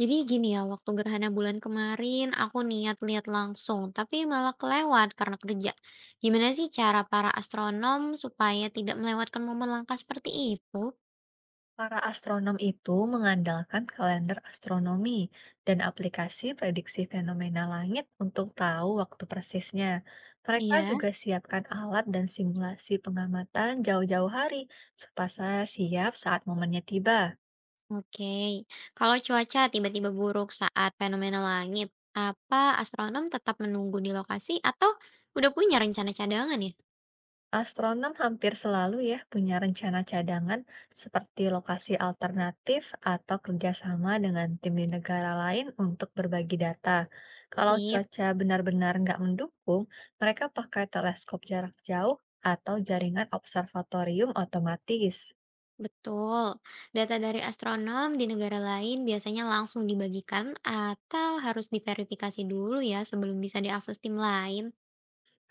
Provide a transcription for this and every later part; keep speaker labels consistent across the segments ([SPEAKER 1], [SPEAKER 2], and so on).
[SPEAKER 1] Jadi gini ya, waktu gerhana bulan kemarin aku niat lihat langsung, tapi malah kelewat karena kerja. Gimana sih cara para astronom supaya tidak melewatkan momen langka seperti itu?
[SPEAKER 2] Para astronom itu mengandalkan kalender astronomi dan aplikasi prediksi fenomena langit untuk tahu waktu persisnya. Mereka
[SPEAKER 1] Iya,
[SPEAKER 2] juga siapkan alat dan simulasi pengamatan jauh-jauh hari supaya siap saat momennya tiba.
[SPEAKER 1] oke. Kalau cuaca tiba-tiba buruk saat fenomena langit, apa astronom tetap menunggu di lokasi atau udah punya rencana cadangan ya?
[SPEAKER 2] Astronom hampir selalu ya punya rencana cadangan seperti lokasi alternatif atau kerjasama dengan tim di negara lain untuk berbagi data. Kalau
[SPEAKER 1] Sip.
[SPEAKER 2] cuaca benar-benar nggak mendukung, mereka pakai teleskop jarak jauh atau jaringan observatorium otomatis.
[SPEAKER 1] Betul. Data dari astronom di negara lain biasanya langsung dibagikan atau harus diverifikasi dulu ya sebelum bisa diakses tim lain.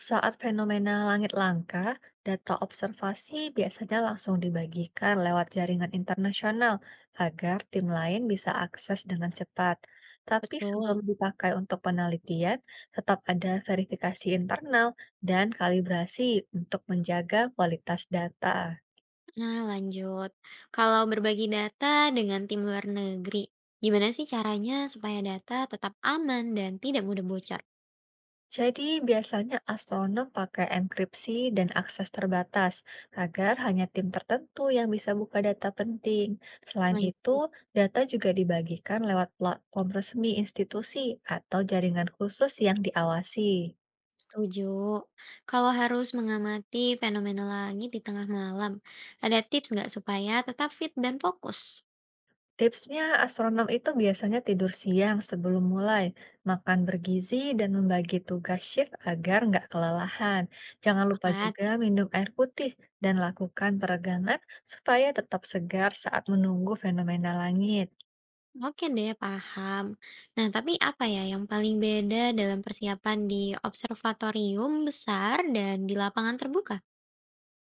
[SPEAKER 2] Saat fenomena langit langka, data observasi biasanya langsung dibagikan lewat jaringan internasional agar tim lain bisa akses dengan cepat. Tapi sebelum
[SPEAKER 1] Betul.
[SPEAKER 2] dipakai untuk penelitian, tetap ada verifikasi internal dan kalibrasi untuk menjaga kualitas data.
[SPEAKER 1] Nah, lanjut. Kalau berbagi data dengan tim luar negeri, gimana sih caranya supaya data tetap aman dan tidak mudah bocor?
[SPEAKER 2] Jadi, biasanya astronom pakai enkripsi dan akses terbatas agar hanya tim tertentu yang bisa buka data penting. Selain
[SPEAKER 1] Lanjut.
[SPEAKER 2] itu, data juga dibagikan lewat platform resmi institusi atau jaringan khusus yang diawasi.
[SPEAKER 1] Setuju. Kalau harus mengamati fenomena langit di tengah malam, ada tips nggak supaya tetap fit dan fokus?
[SPEAKER 2] Tipsnya, astronom itu biasanya tidur siang sebelum mulai, makan bergizi, dan membagi tugas shift agar nggak kelelahan. Jangan lupa
[SPEAKER 1] Sepakat.
[SPEAKER 2] juga minum air putih dan lakukan peregangan supaya tetap segar saat menunggu fenomena langit.
[SPEAKER 1] Oke deh, paham. Nah, tapi apa ya yang paling beda dalam persiapan di observatorium besar dan di lapangan terbuka?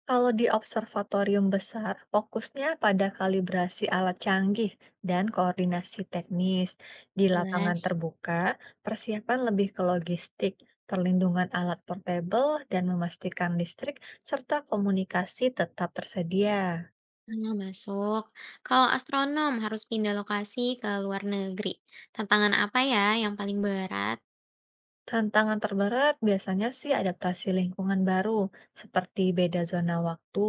[SPEAKER 2] Kalau di observatorium besar, fokusnya pada kalibrasi alat canggih dan koordinasi teknis. Di lapangan
[SPEAKER 1] Jelas.
[SPEAKER 2] terbuka, persiapan lebih ke logistik, perlindungan alat portable, dan memastikan listrik serta komunikasi tetap tersedia.
[SPEAKER 1] Nah, masuk. Kalau astronom harus pindah lokasi ke luar negeri, tantangan apa ya yang paling berat?
[SPEAKER 2] Tantangan terberat biasanya sih adaptasi lingkungan baru, seperti beda zona waktu,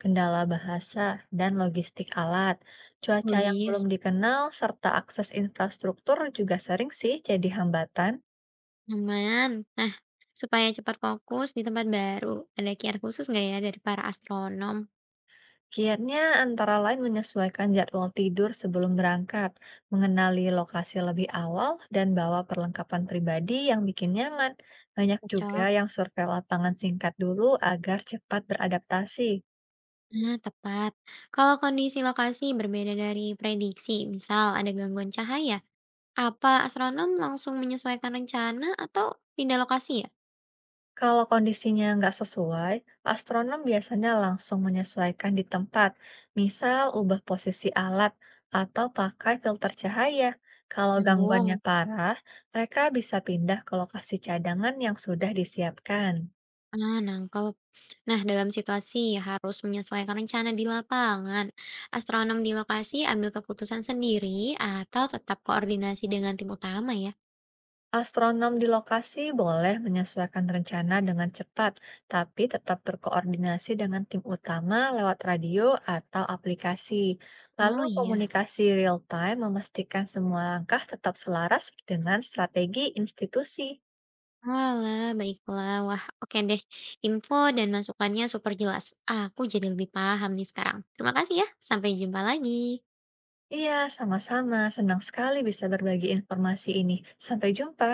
[SPEAKER 2] kendala bahasa, dan logistik alat. Cuaca yang
[SPEAKER 1] Logis.
[SPEAKER 2] belum dikenal serta akses infrastruktur juga sering sih jadi hambatan.
[SPEAKER 1] Aman. Nah, supaya cepat fokus di tempat baru, ada kiat khusus nggak ya dari para astronom?
[SPEAKER 2] Kiatnya antara lain menyesuaikan jadwal tidur sebelum berangkat, mengenali lokasi lebih awal, dan bawa perlengkapan pribadi yang bikin nyaman. Banyak juga
[SPEAKER 1] Cocok.
[SPEAKER 2] yang survei lapangan singkat dulu agar cepat beradaptasi.
[SPEAKER 1] Nah, tepat. Kalau kondisi lokasi berbeda dari prediksi, misal ada gangguan cahaya, apa astronom langsung menyesuaikan rencana atau pindah lokasi ya?
[SPEAKER 2] Kalau kondisinya nggak sesuai, astronom biasanya langsung menyesuaikan di tempat, misal ubah posisi alat atau pakai filter cahaya. Kalau
[SPEAKER 1] Nyambung.
[SPEAKER 2] gangguannya parah, mereka bisa pindah ke lokasi cadangan yang sudah disiapkan.
[SPEAKER 1] Ah, nangkep. Nah, dalam situasi harus menyesuaikan rencana di lapangan, astronom di lokasi ambil keputusan sendiri atau tetap koordinasi dengan tim utama ya?
[SPEAKER 2] Astronom di lokasi boleh menyesuaikan rencana dengan cepat, tapi tetap berkoordinasi dengan tim utama lewat radio atau aplikasi. Lalu
[SPEAKER 1] Oh iya.
[SPEAKER 2] komunikasi real time memastikan semua langkah tetap selaras dengan strategi institusi.
[SPEAKER 1] Walah, baiklah. Wah, oke deh. Info dan masukannya super jelas. Aku jadi lebih paham nih sekarang. Terima kasih ya. Sampai jumpa lagi.
[SPEAKER 2] Iya, sama-sama. Senang sekali bisa berbagi informasi ini. Sampai jumpa.